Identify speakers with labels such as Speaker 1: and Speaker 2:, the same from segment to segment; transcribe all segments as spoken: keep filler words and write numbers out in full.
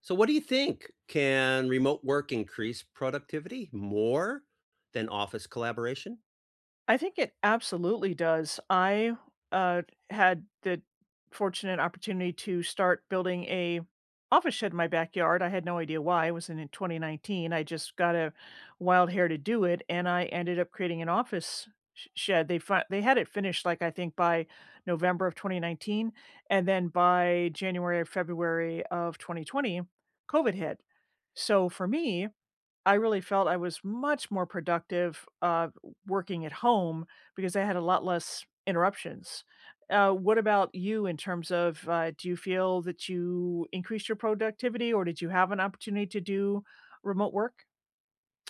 Speaker 1: So, what do you think? Can remote work increase productivity more than office collaboration?
Speaker 2: I think it absolutely does. I, uh, had the fortunate opportunity to start building a office shed in my backyard. I had no idea why. It was in twenty nineteen. I just got a wild hair to do it, and I ended up creating an office sh- shed. They fi- they had it finished, like I think by November of twenty nineteen, and then by January or February of twenty twenty, COVID hit. So for me, I really felt I was much more productive, uh, working at home because I had a lot less interruptions. Uh, what about you in terms of, uh, do you feel that you increased your productivity or did you have an opportunity to do remote work?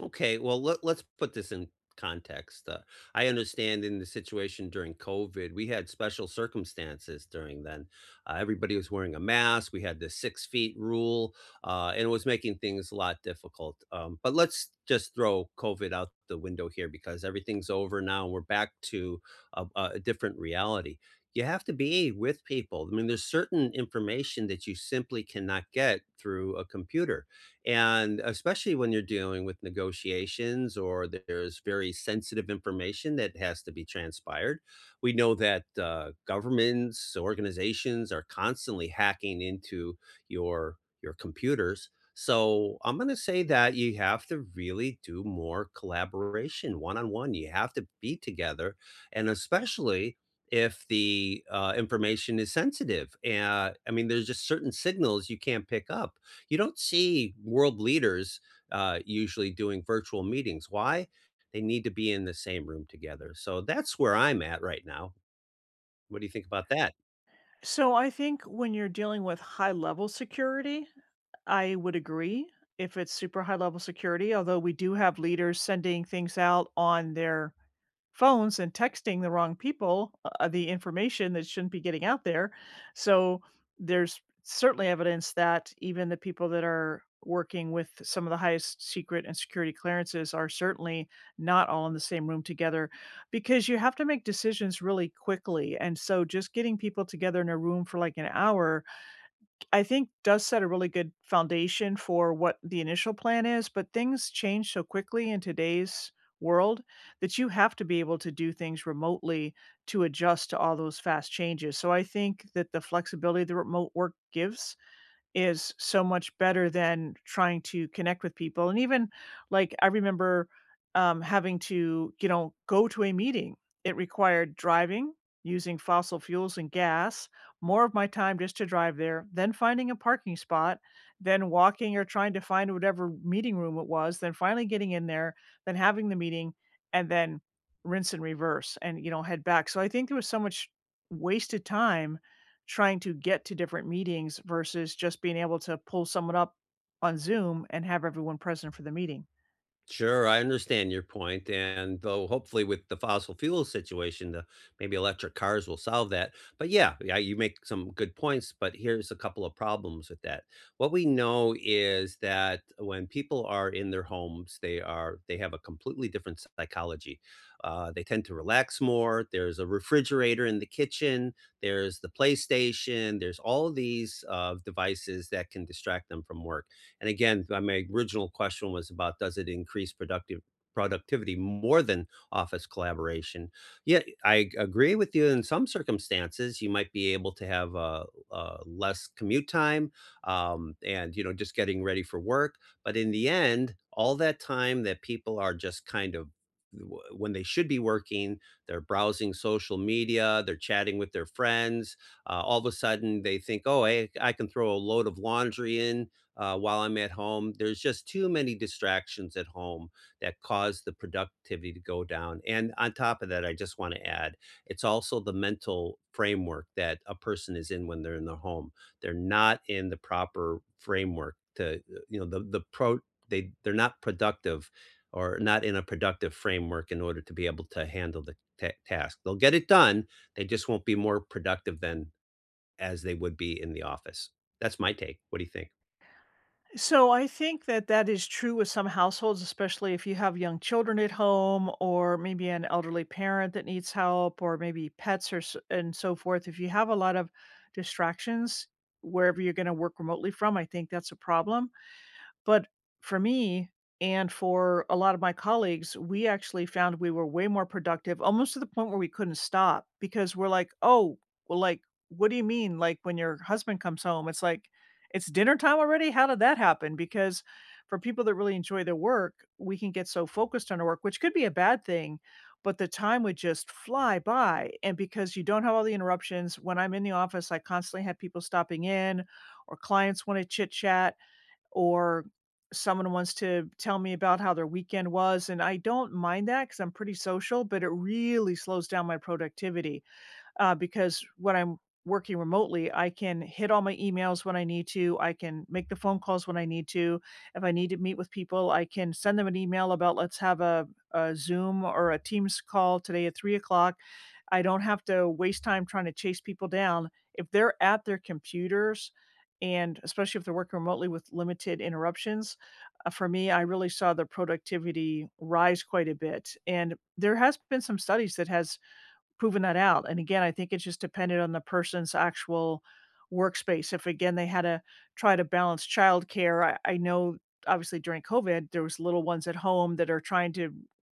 Speaker 1: Okay, well, let, let's put this in context. Uh, I understand in the situation during COVID, we had special circumstances during then. Uh, everybody was wearing a mask. We had the six feet rule, uh, and it was making things a lot difficult. Um, but let's just throw COVID out the window here because everything's over now. And we're back to a, a a different reality. You have to be with people. I mean, there's certain information that you simply cannot get through a computer, and especially when you're dealing with negotiations or there's very sensitive information that has to be transpired. We know that uh, governments, organizations are constantly hacking into your your computers. So I'm going to say that you have to really do more collaboration one on one. You have to be together. And especially if the uh, information is sensitive. Uh, I mean, there's just certain signals you can't pick up. You don't see world leaders uh, usually doing virtual meetings. Why? They need to be in the same room together. So that's where I'm at right now. What do you think about that?
Speaker 2: So I think when you're dealing with high level security, I would agree if it's super high level security, although we do have leaders sending things out on their phones and texting the wrong people, uh, the information that shouldn't be getting out there. So there's certainly evidence that even the people that are working with some of the highest secret and security clearances are certainly not all in the same room together because you have to make decisions really quickly. And so just getting people together in a room for like an hour I think, does set a really good foundation for what the initial plan is, but things change so quickly in today's world that you have to be able to do things remotely to adjust to all those fast changes. So I think that the flexibility the remote work gives is so much better than trying to connect with people, and even, like, I remember, um, having to, you know, go to a meeting. It required driving, using fossil fuels and gas, more of my time just to drive there, then finding a parking spot, then walking or trying to find whatever meeting room it was, then finally getting in there, then having the meeting, and then rinse and reverse and, you know, head back, so I think there was so much wasted time trying to get to different meetings versus just being able to pull someone up on Zoom and have everyone present for the meeting.
Speaker 1: Sure, I understand your point, and though hopefully with the fossil fuel situation, the maybe electric cars will solve that. But yeah, yeah, you make some good points, but here's a couple of problems with that. What we know is that when people are in their homes, they are they have a completely different psychology. Uh, they tend to relax more. There's a refrigerator in the kitchen. There's the PlayStation. There's all these uh, devices that can distract them from work. And again, my original question was about, does it increase productive productivity more than office collaboration? Yeah, I agree with you. In some circumstances, you might be able to have uh, uh, less commute time, um, and you know, just getting ready for work. But in the end, all that time that people are just kind of w- when they should be working, they're browsing social media, they're chatting with their friends. Uh, all of a sudden, they think, "Oh, hey, I can throw a load of laundry in uh, while I'm at home." There's just too many distractions at home that cause the productivity to go down. And on top of that, I just want to add, it's also the mental framework that a person is in when they're in the home. They're not in the proper framework to, uh, you know, the, the pro, they, they're not productive, or not in a productive framework in order to be able to handle the ta- task. They'll get it done. They just won't be more productive than as they would be in the office. That's my take. What do you think?
Speaker 2: So I think that that is true with some households, especially if you have young children at home or maybe an elderly parent that needs help or maybe pets or s- and so forth. If you have a lot of distractions wherever you're going to work remotely from, I think that's a problem. But for me and for a lot of my colleagues, we actually found we were way more productive, almost to the point where we couldn't stop because we're like, "Oh, well, like, what do you mean? Like, when your husband comes home, it's like, it's dinner time already? How did that happen?" Because for people that really enjoy their work, we can get so focused on our work, which could be a bad thing, but the time would just fly by. And because you don't have all the interruptions, when I'm in the office, I constantly have people stopping in or clients want to chit chat or someone wants to tell me about how their weekend was, and I don't mind that because 'cause I'm pretty social, but it really slows down my productivity uh, because when I'm working remotely, I can hit all my emails when I need to. I can make the phone calls when I need to. If I need to meet with people, I can send them an email about let's have a, a Zoom or a Teams call today at three o'clock. I don't have to waste time trying to chase people down. If they're at their computers, and especially if they're working remotely with limited interruptions, uh, for me, I really saw the productivity rise quite a bit. And there has been some studies that has proven that out, and again, I think it's just dependent on the person's actual workspace. If again, they had to try to balance childcare, I I know obviously during COVID, there was little ones at home that are trying to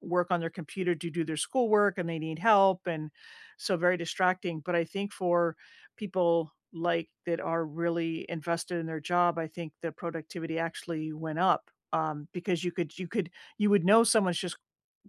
Speaker 2: work on their computer to do their schoolwork, and they need help, and so very distracting, but I think for people, like, that are really invested in their job, I think the productivity actually went up, um, because you could you could you would know someone's just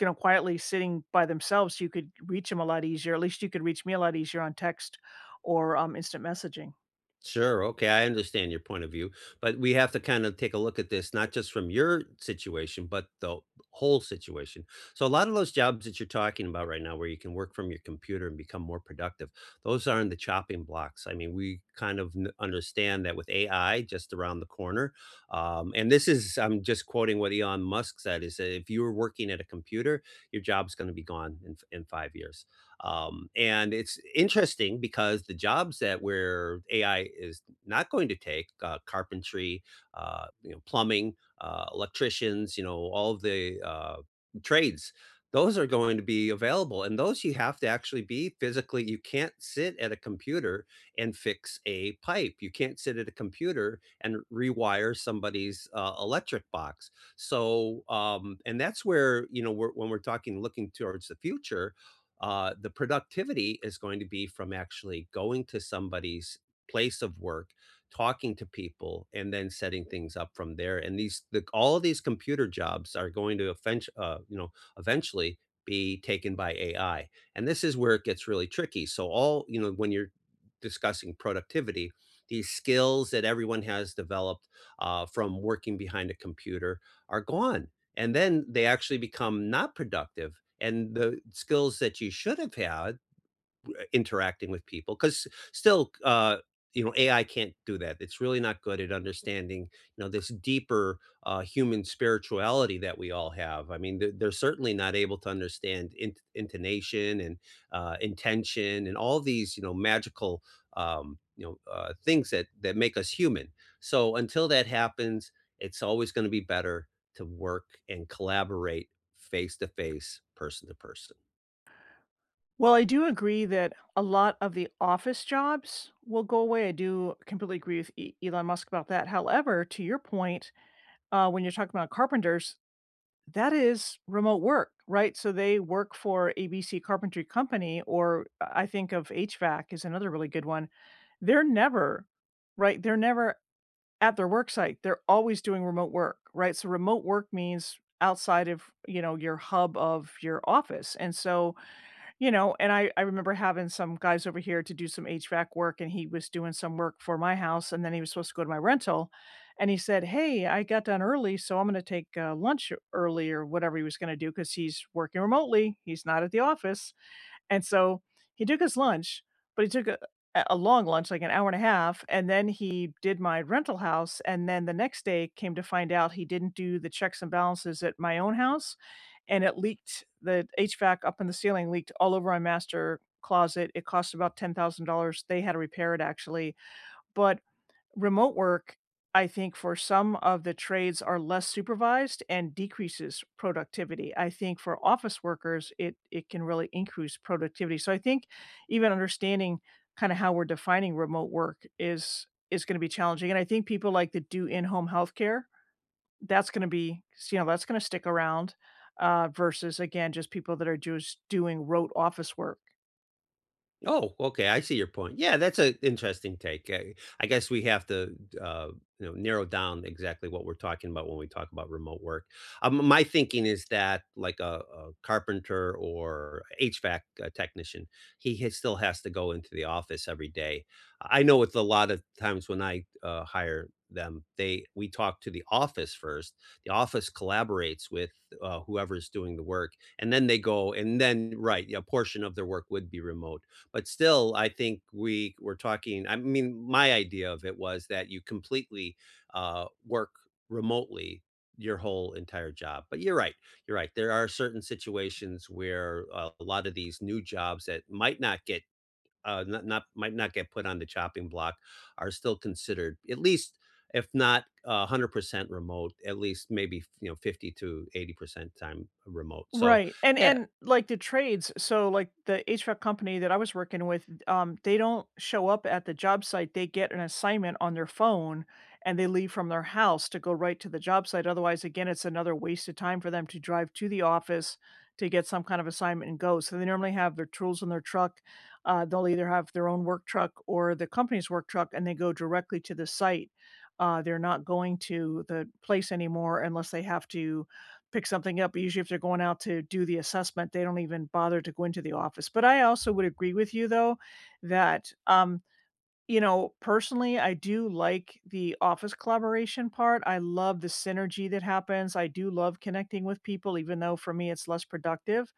Speaker 2: you know, quietly sitting by themselves, you could reach them a lot easier. At least you could reach me a lot easier on text or um, instant messaging.
Speaker 1: Sure. Okay. I understand your point of view, but we have to kind of take a look at this, not just from your situation, but the whole situation. So, a lot of those jobs that you're talking about right now, where you can work from your computer and become more productive, those are in the chopping blocks. I mean, we kind of n- understand that with A I just around the corner. Um, and this is, I'm just quoting what Elon Musk said, is that if you were working at a computer, your job's going to be gone in, f- in five years. Um, and it's interesting because the jobs that, where A I is not going to take, uh, carpentry, uh, you know, plumbing, uh, electricians, you know, all of the uh, trades. Those are going to be available, and those you have to actually be physically. You can't sit at a computer and fix a pipe. You can't sit at a computer and rewire somebody's uh, electric box. So, um, and that's where, you know, we're, when we're talking looking towards the future, uh, the productivity is going to be from actually going to somebody's place of work, talking to people, and then setting things up from there. And these the, all of these computer jobs are going to eventu- uh, you know, eventually be taken by A I. And this is where it gets really tricky. So all, you know, when you're discussing productivity, these skills that everyone has developed uh, from working behind a computer are gone, and then they actually become not productive. And the skills that you should have had uh, interacting with people, because still uh you know, A I can't do that. It's really not good at understanding, you know, this deeper uh, human spirituality that we all have. I mean, they're, they're certainly not able to understand int- intonation and uh, intention and all these, you know, magical um, you know uh, things that that make us human. So until that happens, it's always going to be better to work and collaborate face to face, person to person.
Speaker 2: Well, I do agree that a lot of the office jobs will go away. I do completely agree with E- Elon Musk about that. However, to your point, uh, when you're talking about carpenters, that is remote work, right? So they work for A B C Carpentry Company, or I think of H V A C is another really good one. They're never, right? They're never at their work site, they're always doing remote work, right? So remote work means outside of, you know, your hub of your office. And so, you know, and I I remember having some guys over here to do some H V A C work and he was doing some work for my house and then he was supposed to go to my rental and he said, "Hey, I got done early, so I'm going to take uh, lunch early or whatever he was going to do cuz he's working remotely. He's not at the office." And so he took his lunch, but he took a a long lunch, like an hour and a half, and then he did my rental house, and then the next day came to find out he didn't do the checks and balances at my own house, and it leaked the H V A C up in the ceiling leaked all over my master closet. It cost about ten thousand dollars. They had to repair it actually, but remote work, I think for some of the trades are less supervised and decreases productivity. I think for office workers, it it can really increase productivity. So I think even understanding kind of how we're defining remote work is is going to be challenging. And I think people like that do in-home healthcare, that's going to be, you know, that's going to stick around uh, versus again, just people that are just doing rote office work.
Speaker 1: Oh, okay. I see your point. Yeah, that's an interesting take. I, I guess we have to, uh, you know, narrow down exactly what we're talking about when we talk about remote work. Um, my thinking is that, like a, a carpenter or H V A C uh, technician, he has, still has to go into the office every day. I know with a lot of times when I uh, hire them, they we talk to the office first. The office collaborates with uh, whoever's doing the work, and then they go, and then right, a portion of their work would be remote, but still, I think we were talking, I mean, my idea of it was that you completely, uh, work remotely your whole entire job. But you're right, you're right. There are certain situations where uh, a lot of these new jobs that might not get, uh, not not might not get put on the chopping block are still considered, at least, if not one hundred percent remote, at least maybe, you know, fifty to eighty percent time remote. So,
Speaker 2: Right, and
Speaker 1: yeah.
Speaker 2: and, like, the trades so, like, the H V A C company that I was working with, um, they don't show up at the job site, they get an assignment on their phone, and they leave from their house to go right to the job site, otherwise, again, it's another waste of time for them to drive to the office to get some kind of assignment and go, so they normally have their tools in their truck, uh, they'll either have their own work truck or the company's work truck, and they go directly to the site, uh, they're not going to the place anymore unless they have to pick something up, but usually if they're going out to do the assessment, they don't even bother to go into the office. But I also would agree with you though that, um, you know, personally, I do like the office collaboration part. I love the synergy that happens. I do love connecting with people, even though for me it's less productive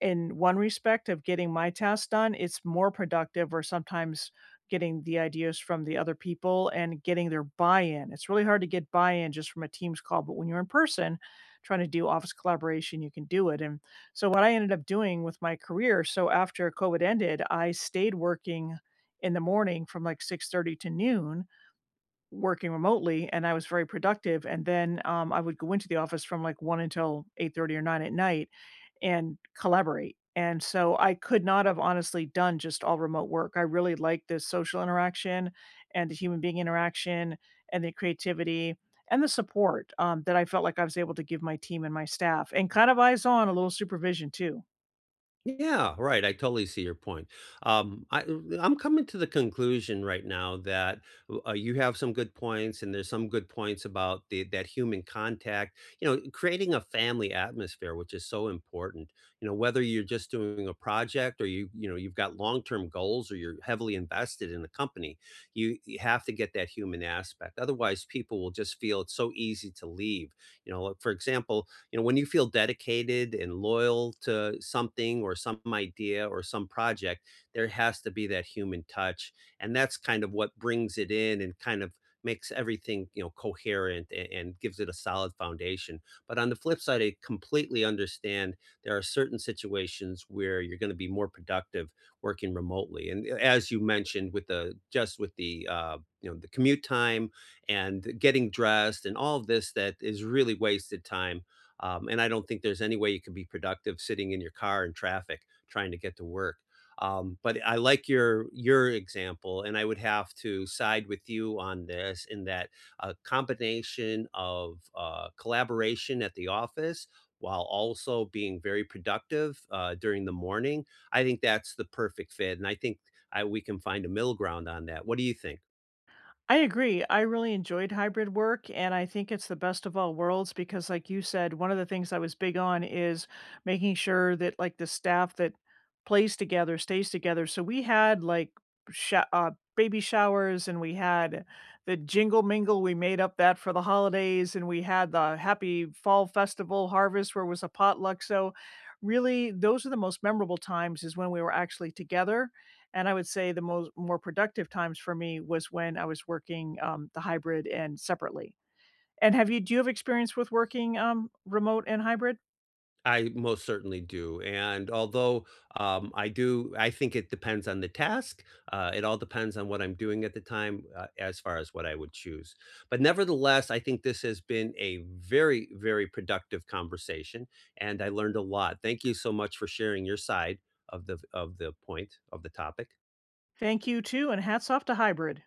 Speaker 2: in one respect of getting my task done, it's more productive or sometimes getting the ideas from the other people and getting their buy-in. It's really hard to get buy-in just from a Teams call, but when you're in person trying to do office collaboration, you can do it, and so what I ended up doing with my career so after COVID ended, I stayed working in the morning from, like, six thirty to noon working remotely and I was very productive, and then, um, I would go into the office from, like, one until eight thirty or nine at night and collaborate, and so I could not have honestly done just all remote work. I really like the social interaction and the human being interaction and the creativity and the support, um, that I felt like I was able to give my team and my staff, and kind of eyes on, a little supervision too.
Speaker 1: Yeah, right, I totally see your point. Um, I I'm coming to the conclusion right now that, uh, uh, you have some good points, and there's some good points about the that human contact, you know, creating a family atmosphere, which is so important. You know, whether you're just doing a project or you you know, you've got long-term goals or you're heavily invested in a company, you you have to get that human aspect. Otherwise, people will just feel it's so easy to leave. You know, like, for example, you know, when you feel dedicated and loyal to something or some idea or some project, there has to be that human touch. And that's kind of what brings it in and kind of makes everything, you know, coherent and, and gives it a solid foundation. But on the flip side, I completely understand there are certain situations where you're going to be more productive working remotely. And uh, as you mentioned, with the just with the uh, you know, the commute time and getting dressed and all of this, that is really wasted time. Um, and I don't think there's any way you can be productive sitting in your car in traffic trying to get to work. Um, but I like your your example, and I would have to side with you on this, in that a combination of uh, collaboration at the office while also being very productive uh, during the morning, I think that's the perfect fit, and I think I, we can find a middle ground on that. What do you think?
Speaker 2: I agree. I really enjoyed hybrid work, and I think it's the best of all worlds because, like you said, one of the things I was big on is making sure that, like, the staff that plays together stays together. So we had like sh- uh, baby showers, and we had the jingle mingle. We made up that for the holidays, and we had the happy fall festival harvest where it was a potluck. So, really, those are the most memorable times is when we were actually together and I would say the most more productive times for me was when I was working, um, the hybrid and separately. And have you do you have experience with working, um, remote and hybrid?
Speaker 1: I most certainly do, and although, um, I do I think it depends on the task, uh, it all depends on what I'm doing at the time, uh, as far as what I would choose, but nevertheless, I think this has been a very, very productive conversation, and I learned a lot. Thank you so much for sharing your side of the of the point of the topic.
Speaker 2: Thank you too, and hats off to hybrid.